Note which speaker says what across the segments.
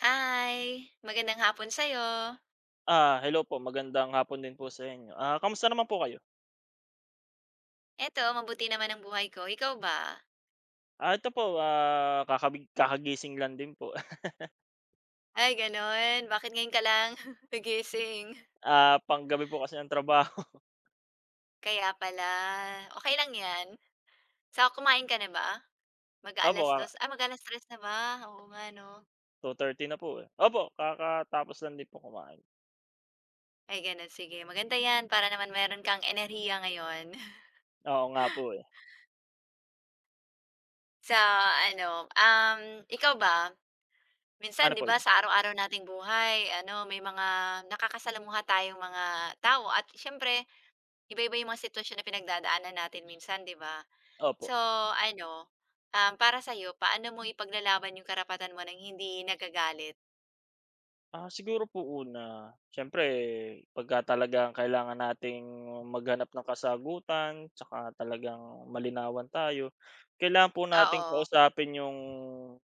Speaker 1: Hi! Magandang hapon sa'yo.
Speaker 2: Ah, hello po. Magandang hapon din po sa inyo. Ah, kamusta naman po kayo?
Speaker 1: Eto, mabuti naman ang buhay ko. Ikaw ba?
Speaker 2: Ah, ito po, kakagising lang din po.
Speaker 1: Ay, gano'n. Bakit ngayon ka lang nagising?
Speaker 2: Ah, panggabi po kasi ng trabaho.
Speaker 1: Kaya pala. Okey lang 'yan. Kumain ka na ba? Mag a
Speaker 2: Opo,
Speaker 1: dos mag a tres na ba? Oo nga 'no.
Speaker 2: 2:30 na po, eh. Opo, kakatapos lang din po kumain.
Speaker 1: Ay, gano'n. Sige, maganda 'yan para naman meron kang enerhiya ngayon.
Speaker 2: Oo nga po, eh.
Speaker 1: Sa ano, ikaw ba? Minsan
Speaker 2: Ano
Speaker 1: 'di
Speaker 2: po
Speaker 1: ba
Speaker 2: yun?
Speaker 1: sa araw-araw nating buhay ano, may mga nakakasalamuha tayong mga tao at siyempre iba-iba yung mga sitwasyon na pinagdadaanan natin minsan 'di ba?
Speaker 2: Opo.
Speaker 1: So ano, para sa'yo paano mo ipaglalaban yung karapatan mo ng hindi nagagalit?
Speaker 2: Ah, siguro po una, siyempre pagka talagang kailangan nating maghanap ng kasagutan tsaka talagang malinawan tayo, kailangan po nating
Speaker 1: Oo,
Speaker 2: kausapin yung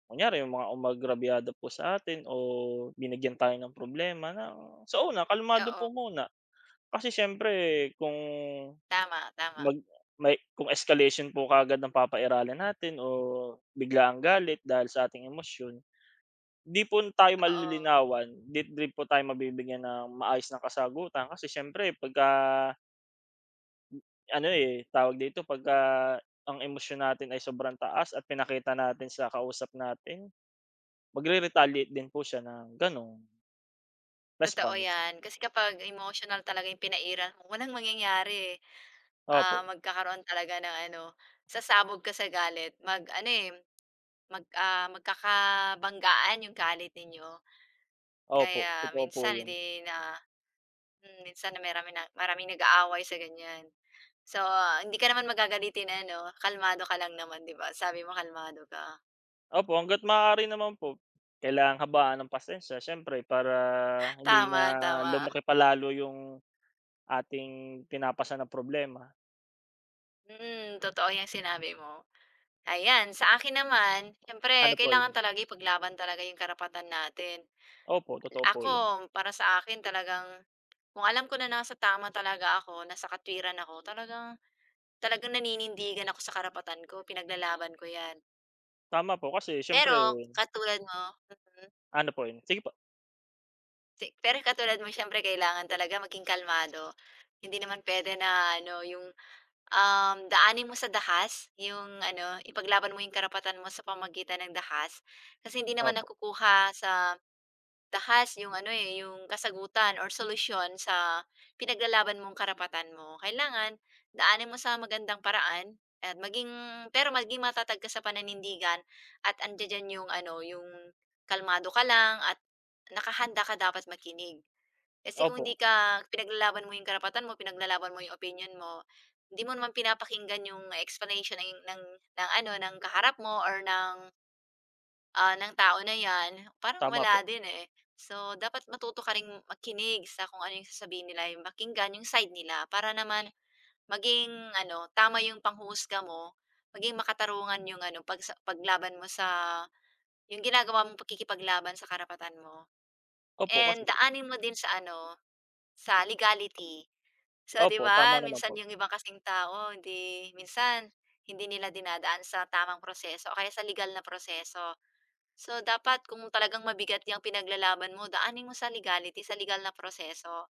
Speaker 2: kunyari yung mga umagrabyado po sa atin o binigyan tayo ng problema na, so una kalmado po
Speaker 1: oo,
Speaker 2: muna. Kasi siyempre kung
Speaker 1: tama, tama,
Speaker 2: mag may kung escalation po kagad ang papairalin natin o biglaang galit dahil sa ating emosyon, 'di po tayo
Speaker 1: oo,
Speaker 2: malilinawan, 'di rin po tayo mabibigyan ng maayos na kasagutan kasi siyempre pagka ano, eh, tawag dito, pagka ang emosyon natin ay sobrang taas at pinakita natin sa kausap natin, magre-retaliate din po siya ng gano'ng
Speaker 1: totoo
Speaker 2: response.
Speaker 1: 'yan. Kasi kapag emotional talaga yung pinairan mo walang mangyayari, eh. Ah,
Speaker 2: Opo,
Speaker 1: magkakaroon talaga ng ano, sasabog ka sa galit ano, eh, magkakabanggaan yung galit ninyo.
Speaker 2: opo,
Speaker 1: Kaya
Speaker 2: totoo po
Speaker 1: minsan,
Speaker 2: 'yun.
Speaker 1: eh, na minsan na maraming nag-aaway sa ganyan. So, hindi ka naman magagalitin ano, kalmado ka lang naman 'di ba? Sabi mo kalmado ka.
Speaker 2: Opo, hangga't maaari naman po, kailangang habaan ng pasensya siyempre para hindi
Speaker 1: Tama,
Speaker 2: na
Speaker 1: tama.
Speaker 2: lumaki palalo yung ating pinapasan na problema.
Speaker 1: Totoo yung sinabi mo. Ayan, sa akin naman, siyempre
Speaker 2: Ano po
Speaker 1: kailangan
Speaker 2: 'yun?
Speaker 1: talaga ipaglaban talaga yung karapatan natin.
Speaker 2: Opo, totoo po
Speaker 1: Ako,
Speaker 2: 'yun.
Speaker 1: para sa akin talagang kung alam ko na nasa tama talaga ako, nasa katwiran ako, talagang talagang naninindigan ako sa karapatan ko, pinaglalaban ko 'yan.
Speaker 2: Tama po kasi siyempre
Speaker 1: Pero katulad mo mm,
Speaker 2: ano po yun, sige po,
Speaker 1: siyempre kailangan talaga maging kalmado. Hindi naman puwede na ano, yung, daanin mo sa dahas yung ano, ipaglaban mo yung karapatan mo sa pamagitan ng dahas. Kasi hindi naman
Speaker 2: opo,
Speaker 1: nakukuha sa Tahas yung ano, eh, yung kasagutan or solusyon sa pinaglalaban mong karapatan mo. Kailangan daanin mo sa magandang paraan at maging pero maging matatag ka sa pananindigan at andiya yung ano, yung kalmado ka lang at nakahanda ka dapat makinig. Kasi kung hindi
Speaker 2: opo,
Speaker 1: ka pinaglalaban mo yung karapatan mo, pinaglalaban mo yung opinion mo, hindi mo naman pinapakinggan yung explanation ng ano, ng kaharap mo or ng tao na 'yan, parang
Speaker 2: tama po.
Speaker 1: wala din, eh. So, dapat matuto ka ring makinig sa kung ano yung sasabihin nila, yung pakinggan yung side nila para naman maging ano, tama yung panghusga mo, maging makatarungan yung ano, paglaban mo sa yung ginagawa mong pakikipaglaban sa karapatan mo.
Speaker 2: Opo, kasi
Speaker 1: And daanin mo din sa ano, sa legality. So, 'di
Speaker 2: opo, tama
Speaker 1: ba,
Speaker 2: naman po.
Speaker 1: minsan yung ibang kasing tao hindi minsan hindi nila dinadaan sa tamang proseso o kaya sa legal na proseso. So, dapat kung talagang mabigat yung pinaglalaban mo, daanin mo sa legality, sa legal na proseso.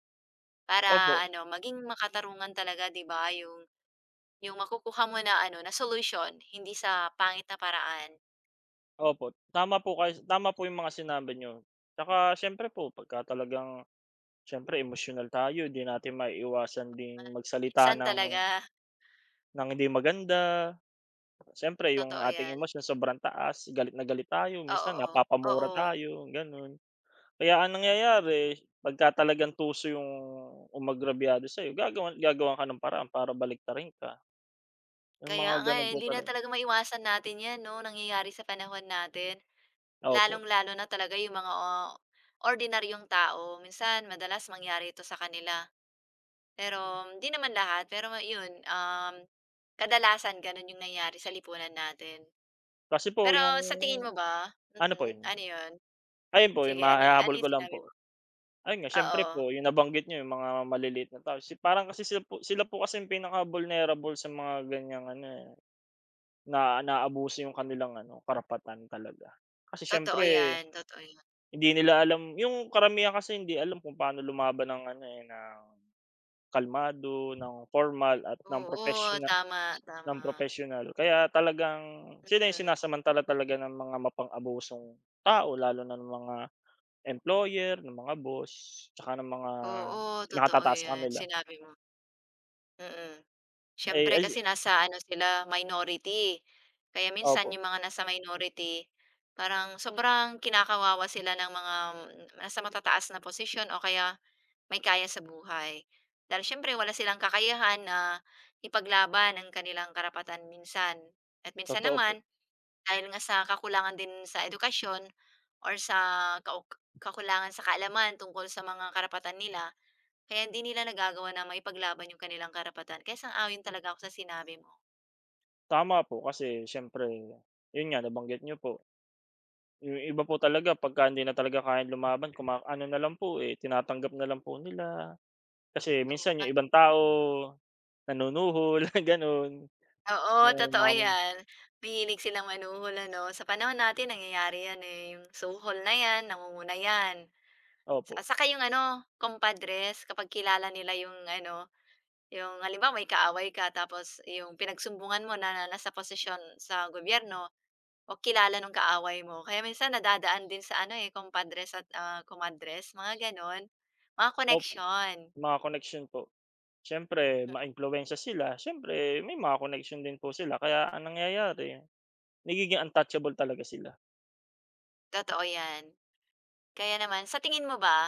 Speaker 2: Opo,
Speaker 1: Para ano, maging makatarungan talaga, 'di ba, yung makukuha mo na ano, na solution, hindi sa pangit na paraan.
Speaker 2: opo, tama po kayo, tama po yung mga sinabi niyo. Tsaka siyempre po pagka talagang siyempre emosyonal tayo, di natin maiiwasan ding magsalita
Speaker 1: Minsan
Speaker 2: ng
Speaker 1: talaga,
Speaker 2: ng hindi maganda. Siyempre yung
Speaker 1: totoo
Speaker 2: ating
Speaker 1: 'yan.
Speaker 2: emosyon sobrang taas, galit na galit tayo,
Speaker 1: Oo,
Speaker 2: minsan napapamura
Speaker 1: oo.
Speaker 2: tayo, gano'n. Kaya ang nangyayari pagka talagang tuso yung umagrabyado sa'yo, gagawan gagawan ka ng paraan para baliktarin ka, yung
Speaker 1: Kaya
Speaker 2: mga
Speaker 1: nga,
Speaker 2: gano'n
Speaker 1: eh,
Speaker 2: po
Speaker 1: hindi na
Speaker 2: talaga.
Speaker 1: talaga maiwasan natin 'yan 'no, nangyayari sa panahon natin.
Speaker 2: Opo.
Speaker 1: Lalong-lalo na talaga yung mga ordinaryong tao, minsan madalas mangyari ito sa kanila. Pero hindi naman lahat, pero yun, kadalasan ganun yung nangyayari sa lipunan natin.
Speaker 2: Kasi po
Speaker 1: Pero
Speaker 2: yung
Speaker 1: sa tingin mo ba,
Speaker 2: ano po
Speaker 1: mhm,
Speaker 2: yun,
Speaker 1: ano yun?
Speaker 2: ayun po yung
Speaker 1: Sige, ano
Speaker 2: mahahabol ko
Speaker 1: yung
Speaker 2: lang
Speaker 1: sinabi mo?
Speaker 2: po. Ayun nga, siyempre
Speaker 1: Oo,
Speaker 2: po yung nabanggit niyo yung mga maliliit na tao, si parang kasi sila po kasing pinaka-vulnerable sa mga ganyang ano, eh, na naabuso yung kanilang ano, karapatan talaga. Kasi
Speaker 1: totoo
Speaker 2: siyempre
Speaker 1: yan, totoo yan.
Speaker 2: hindi nila alam yung karamihan, kasi hindi alam kung paano lumaban ng ano, eh, ng kalmado, ng formal at ng
Speaker 1: Oo,
Speaker 2: professional,
Speaker 1: tama,
Speaker 2: ng
Speaker 1: tama,
Speaker 2: professional. Kaya talagang sila yung
Speaker 1: mm.
Speaker 2: sinasamantala talaga ng mga mapang-abusong tao, lalo na ng mga employer, ng mga boss, tsaka ng mga
Speaker 1: Oo, totoo
Speaker 2: nakatataas sa
Speaker 1: yan,
Speaker 2: kanila.
Speaker 1: sinabi mo, mm.
Speaker 2: Eh,
Speaker 1: Siyempre
Speaker 2: ay
Speaker 1: kasi nasa ano sila, minority. Kaya minsan
Speaker 2: opo,
Speaker 1: yung mga nasa minority, parang sobrang kinakawawa sila ng mga nasa matataas na posisyon o kaya may kaya sa buhay. Dahil siyempre wala silang kakayahan na ipaglaban ang kanilang karapatan minsan. At minsan
Speaker 2: totoo po.
Speaker 1: naman, dahil nga sa kakulangan din sa edukasyon or sa kau kakulangan sa kaalaman tungkol sa mga karapatan nila, kaya hindi nila nagagawa na maipaglaban yung kanilang karapatan. Kaya sang-ayon talaga ako sa sinabi mo.
Speaker 2: Tama po kasi siyempre yun nga, nabanggit niyo po, yung iba po talaga pagka hindi na talaga kayang lumaban, ano na lang po, eh, tinatanggap na lang po nila. Kasi
Speaker 1: Oo
Speaker 2: minsan
Speaker 1: nga.
Speaker 2: yung ibang tao, nanunuhol, gano'n.
Speaker 1: Oo,
Speaker 2: Yung
Speaker 1: totoo
Speaker 2: mga
Speaker 1: yan. Mahilig silang manuhol ano. Sa panahon natin nangyayari yan eh, yung suhol na yan, nangunguna yan. Sa
Speaker 2: opo,
Speaker 1: saka yung ano, kumpadres kapag kilala nila yung ano, yung halimbawa may kaaway ka tapos yung pinagsumbungan mo na nasa posisyon sa gobyerno o kilala nung kaaway mo. Kaya minsan nadadaan din sa ano, eh, kumpadres at, kumadres mga gano'n, mga
Speaker 2: opo,
Speaker 1: connection.
Speaker 2: mga connection po. Siyempre
Speaker 1: Hmm,
Speaker 2: maimpluwensiya sila, siyempre may mga connection din po sila, kaya ang nangyayari nagiging untouchable talaga sila.
Speaker 1: Totoo 'yan. Kaya naman sa tingin mo ba,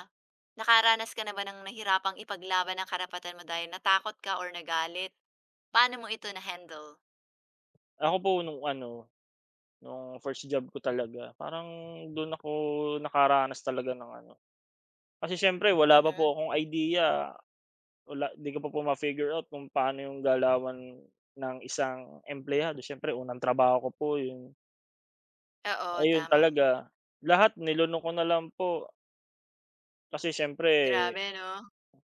Speaker 1: nakaranas ka na ba ng nahirapang ipaglaban ang karapatan mo dahil natakot ka or nagalit? Paano mo ito na-handle?
Speaker 2: Ako po nung ano, nung first job ko talaga, parang dun ako nakaranas talaga ng ano, kasi siyempre wala pa po
Speaker 1: Mhm.
Speaker 2: akong idea, di ko pa po ma-figure out kung paano yung galawan ng isang empleyado. Siyempre unang trabaho ko po yun,
Speaker 1: Oo,
Speaker 2: ayun
Speaker 1: tama.
Speaker 2: talaga, lahat nilunok ko na lang po kasi siyempre
Speaker 1: Grabe 'no?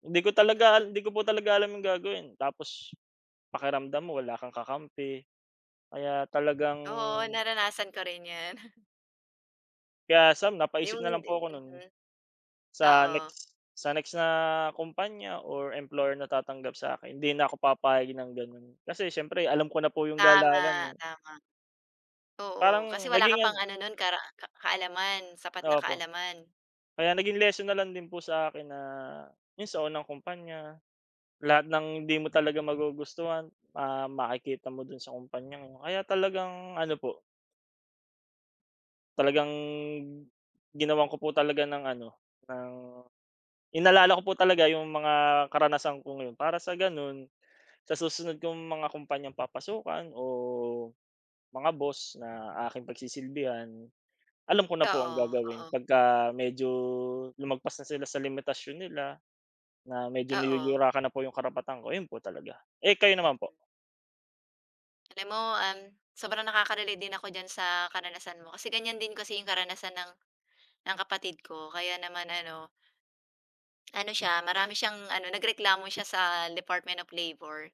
Speaker 2: Hindi ko talaga
Speaker 1: Mhm.
Speaker 2: hindi ko po talaga alam yung gagawin, tapos pakiramdam mo wala kang kakampi. Kaya talagang
Speaker 1: Oo, naranasan ko rin 'yan.
Speaker 2: kaya Sam napaisip
Speaker 1: Yung
Speaker 2: na lang po ako nun,
Speaker 1: mhm,
Speaker 2: sa
Speaker 1: oo.
Speaker 2: next na kumpanya or employer na tatanggap sa akin hindi na ako papayag ng ganun. Kasi siyempre alam ko na po yung galawan,
Speaker 1: Tama,
Speaker 2: eh.
Speaker 1: tama. Oo, kasi
Speaker 2: Parang
Speaker 1: wala
Speaker 2: naging
Speaker 1: ka
Speaker 2: ano,
Speaker 1: pang ano nun kara ka kaalaman, sapat na
Speaker 2: opo.
Speaker 1: kaalaman.
Speaker 2: Kaya naging lesson na lang din po sa akin na yun sa unang kumpanya, lahat ng hindi mo talaga magugustuhan, makikita mo dun sa kumpanyang yun. Kaya talagang ano po, talagang ginawan ko po talaga ng ano, ng inalala ko po talaga yung mga karanasan ko ngayon para sa gano'n, sa susunod kong mga kumpanyang papasukan o mga boss na aking pagsisilbihan, alam ko na po ang
Speaker 1: Oo, oo,
Speaker 2: gagawin pagka medyo lumagpas na sila sa limitasyon nila, na medyo
Speaker 1: oo.
Speaker 2: niyuyurakan na po yung karapatan ko, ayun po talaga. Eh, kayo
Speaker 1: Mm.
Speaker 2: naman po?
Speaker 1: Alam mo, sobrang nakaka-relate din ako diyan sa karanasan mo kasi ganyan din kasi yung karanasan ng kapatid ko kaya naman ano, ano siya, marami siyang ano, nagreklamo siya sa Department of Labor.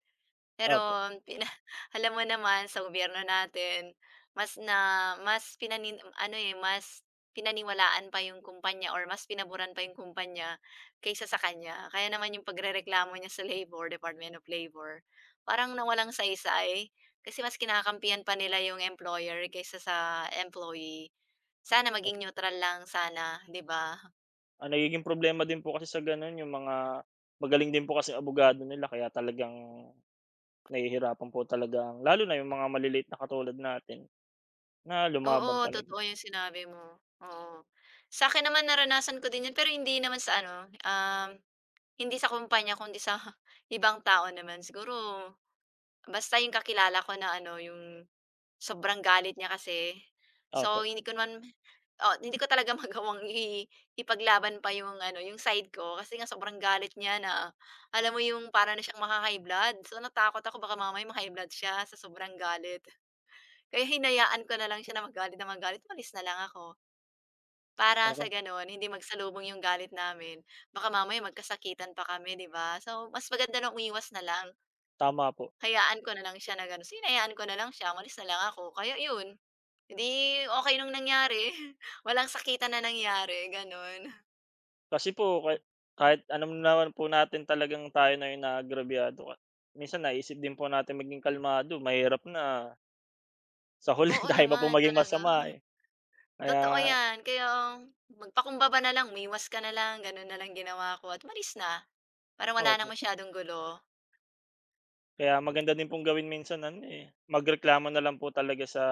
Speaker 1: Pero
Speaker 2: Opo.
Speaker 1: pina alam mo naman sa gobyerno natin mas pinanin ano, eh, mas pinaniwalaan pa yung kumpanya or mas pinaboran pa yung kumpanya kaysa sa kanya. Kaya naman yung pagrereklamo niya sa Labor, Department of Labor, parang nawalang saysay kasi mas kinakampihan pa nila yung employer kaysa sa employee. Sana maging neutral lang sana, 'di ba?
Speaker 2: Ang nagiging problema din po kasi sa gano'n yung mga magaling din po kasi abogado nila, kaya talagang nahihirapan po talaga lalo na yung mga maliliit na katulad natin na lumaban
Speaker 1: Oo,
Speaker 2: talaga.
Speaker 1: totoo yung sinabi mo, oo. Sa akin naman naranasan ko din 'yan pero hindi naman sa ano, hindi sa kumpanya kundi sa ibang tao naman. Siguro basta yung kakilala ko na ano, yung sobrang galit niya kasi.
Speaker 2: Opo,
Speaker 1: So, hindi ko naman oo, hindi ko talaga magawang ipaglaban pa yung ano, yung side ko kasi nga sobrang galit niya na alam mo yung para na siyang maka-high blood. So, natakot ako baka mamaya ma-high blood siya sa sobrang galit. Kaya hinayaan ko na lang siya na magalit, umalis na lang ako. Para sa
Speaker 2: opo,
Speaker 1: gano'n hindi magsalubong yung galit namin, baka mamaya magkasakitan pa kami, 'di ba? So, mas maganda na umiwas na lang,
Speaker 2: tama po.
Speaker 1: hayaan ko na lang siya na gano'n. So, hinayaan ko na lang siya, umalis na lang ako. Kaya 'yun, eh, 'di okey nung nangyari, walang sakitan na nangyari, gano'n.
Speaker 2: Kasi po kahit alam naman po natin talagang tayo na yung naagrabyado ka, minsan naisip din po natin maging kalmado mahirap na, sa huli
Speaker 1: Oo
Speaker 2: tayo pa po
Speaker 1: naman
Speaker 2: maging
Speaker 1: talaga,
Speaker 2: masama, eh.
Speaker 1: totoo
Speaker 2: Kaya
Speaker 1: 'yan. Kaya magpakumbaba na lang, umiwas ka na lang, gano'n na lang ginawa ko at malis na, para wala
Speaker 2: opo,
Speaker 1: nang masyadong gulo.
Speaker 2: kaya maganda din pong gawin minsan ano, eh, magreklamo na lang po talaga sa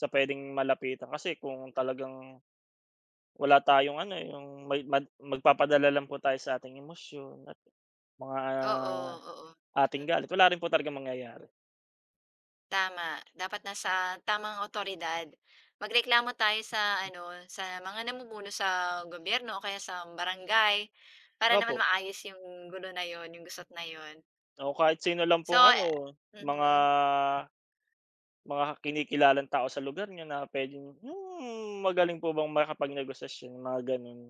Speaker 2: sa puwedeng malapitan, kasi kung talagang wala tayong ano, eh, yung may mag magpapadala lang po tayo sa ating emosyon at mga
Speaker 1: Oo, oo.
Speaker 2: ating galit, wala rin po talagang mangyayari.
Speaker 1: Tama, dapat nasa tamang awtoridad. Magreklamo tayo sa ano, sa mga namumuno sa gobyerno o kaya sa barangay para
Speaker 2: Wala
Speaker 1: naman
Speaker 2: po,
Speaker 1: maayos yung gulo na yon, yung gusot na yon.
Speaker 2: o kahit sino lang
Speaker 1: So
Speaker 2: pong
Speaker 1: eh,
Speaker 2: ano, mga
Speaker 1: mhm,
Speaker 2: mga kinikilalang tao sa lugar niyo na puwedeng, "Hmm, magaling po bang makapagnegosasyon?" Mga gano'n.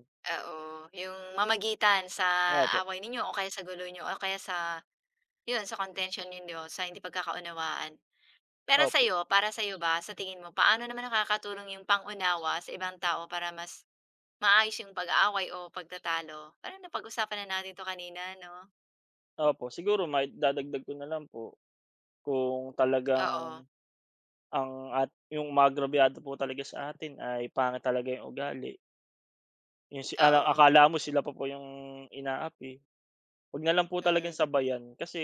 Speaker 1: oo, yung mamagitan sa
Speaker 2: Opo,
Speaker 1: away ninyo o kaya sa gulo niyo o kaya sa yun, sa contention ninyo, sa hindi pagkakaunawaan. Pero
Speaker 2: opo,
Speaker 1: sa'yo, para sa'yo ba, sa tingin mo, paano naman nakakatulong yung pangunawa sa ibang tao para mas maayos yung pag-aaway o pagtatalo. Parang napag-usapan na natin 'to kanina 'no?
Speaker 2: opo. Siguro maidadagdag ko na lang po, kung talagang
Speaker 1: Oo,
Speaker 2: ang at yung umagrabyado po talaga sa atin ay pangit talaga yung ugali. Yung si ala
Speaker 1: oo,
Speaker 2: akala mo sila pa po yung inaapi. 'Wag na lang po talagang
Speaker 1: mm.
Speaker 2: sabayan kasi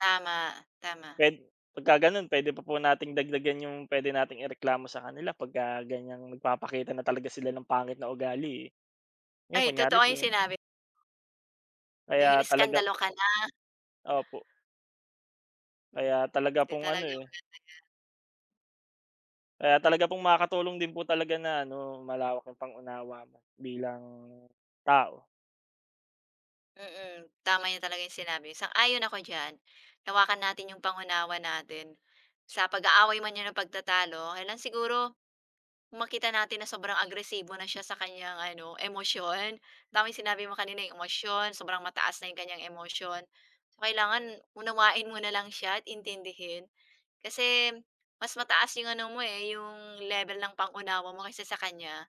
Speaker 1: Tama, tama.
Speaker 2: puwed pagka gano'n puwede pa po nating dagdagan yung puwede nating ireklamo sa kanila pagka ganiyang nagpapakita na talaga sila ng pangit na ugali, eh. Ngayon
Speaker 1: Ay,
Speaker 2: kunyari
Speaker 1: totoo
Speaker 2: po
Speaker 1: yung
Speaker 2: yung
Speaker 1: sinabi, yung
Speaker 2: kaya talaga
Speaker 1: iniskandalo ka na,
Speaker 2: opo, kaya talaga
Speaker 1: 'di
Speaker 2: pong ano,
Speaker 1: talaga.
Speaker 2: eh, kaya talaga pong makakatulong din po talaga na ano, malawak yung pang-unawa mo bilang tao.
Speaker 1: Tama yun talaga yung sinabi. Sang-ayon ako diyan. Lawakan natin yung pangunawa natin. Sa pag-aaway man yun o pagtatalo, kailangan siguro kung makita natin na sobrang agresibo na siya sa kanyang ano, emosyon. Tama yung sinabi mo kanina, yung emosyon, sobrang mataas na yung kanyang emosyon. So, kailangan unawain mo na lang siya at intindihin. Kasi mas mataas yung ano mo eh, yung level ng pangunawa mo kaysa sa kanya.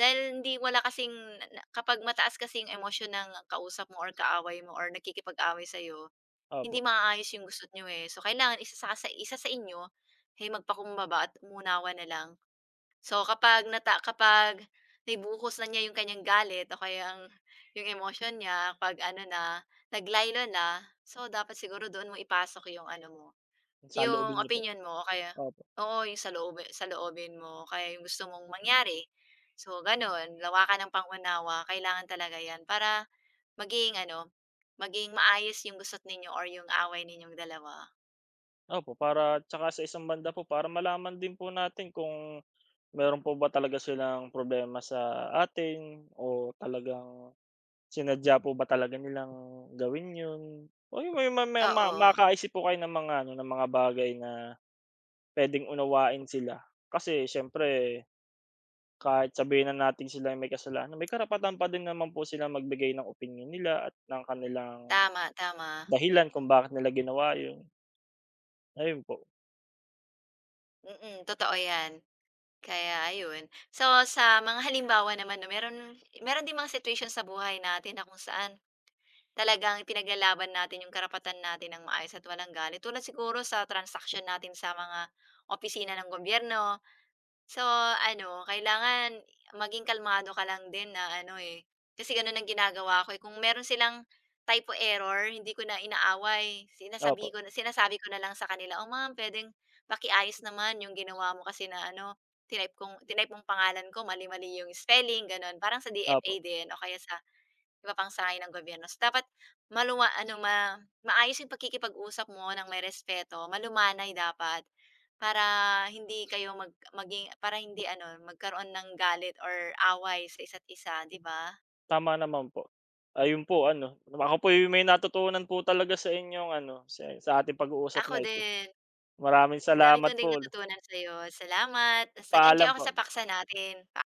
Speaker 1: Dahil hindi wala kasing na kapag mataas kasi yung emosyon ng kausap mo or kaaway mo or nakikipag away sa'yo, hindi
Speaker 2: Opo,
Speaker 1: maaayos yung gusto nyo eh. So, kailangan isa sa isa sa inyo ay magpakumbaba at umunawa na lang. So, kapag kapag naibuhos na niya yung kanyang galit o kaya ang yung emosyon niya 'pag ano na, naglaylo na, so dapat siguro doon mo ipasok yung ano mo yung
Speaker 2: saloobin niyo po.
Speaker 1: opinion mo o kaya
Speaker 2: Opo,
Speaker 1: oo, yung saloobin mo o kaya yung gusto mong mangyari. So gano'n, lawakan ng kailangan talaga 'yan para maging ano, maging maayos yung gusot ninyo or yung away ninyong dalawa.
Speaker 2: opo, para 'tsaka sa isang banda po para malaman din po natin kung meron po ba talaga silang problema sa atin o talagang sinadya po ba talaga nilang gawin yun? O yung may ma
Speaker 1: Oo,
Speaker 2: makakaisip po kayo ng mga ano, ng mga bagay na puwedeng unawain sila. Kasi siyempre kahit sabihin na natin sila yung may kasalanan, may karapatan pa din naman po silang magbigay ng opinion nila at ng kanilang
Speaker 1: tama, tama. Mm.
Speaker 2: dahilan kung bakit nila ginawa yun. Ayun po.
Speaker 1: Totoo 'yan. Kaya ayun. So, sa mga halimbawa naman 'no, meron meron din mga situation sa buhay natin na kung saan talagang pinaglalaban natin yung karapatan natin ng maayos at walang galit tulad siguro sa transaction natin sa mga opisina ng gobyerno. So ano, kailangan maging kalmado ka lang din na ano, eh, kasi gano'n ang ginagawa ko, eh. Kung meron silang typo error hindi ko na inaaway,
Speaker 2: Opo,
Speaker 1: sinasabi ko na lang sa kanila, "Oh, ma'am puwedeng pakiayos naman yung ginawa mo kasi na ano, tinype mong pangalan ko mali-mali yung spelling." Gano'n. Parang sa
Speaker 2: opo.
Speaker 1: DFA din o kaya sa iba pang sangay ng gobyerno. So, dapat maluwa ano, maayos yung pagkikipag-usap mo ng may respeto, malumanay dapat. Para hindi kayo mag maging para hindi ano, magkaroon ng galit or away sa isa't isa, 'di ba?
Speaker 2: Tama naman po. Ayun po ano, ako po yung may natutunan po talaga sa inyong ano, sa ating pag-uusap
Speaker 1: Ako
Speaker 2: na ito.
Speaker 1: din,
Speaker 2: Maraming
Speaker 1: ang dami ko
Speaker 2: salamat
Speaker 1: ding
Speaker 2: po.
Speaker 1: natutunan sa'yo. Salamat, tas nag-enjoy
Speaker 2: Paalam
Speaker 1: ako
Speaker 2: po.
Speaker 1: sa paksa natin.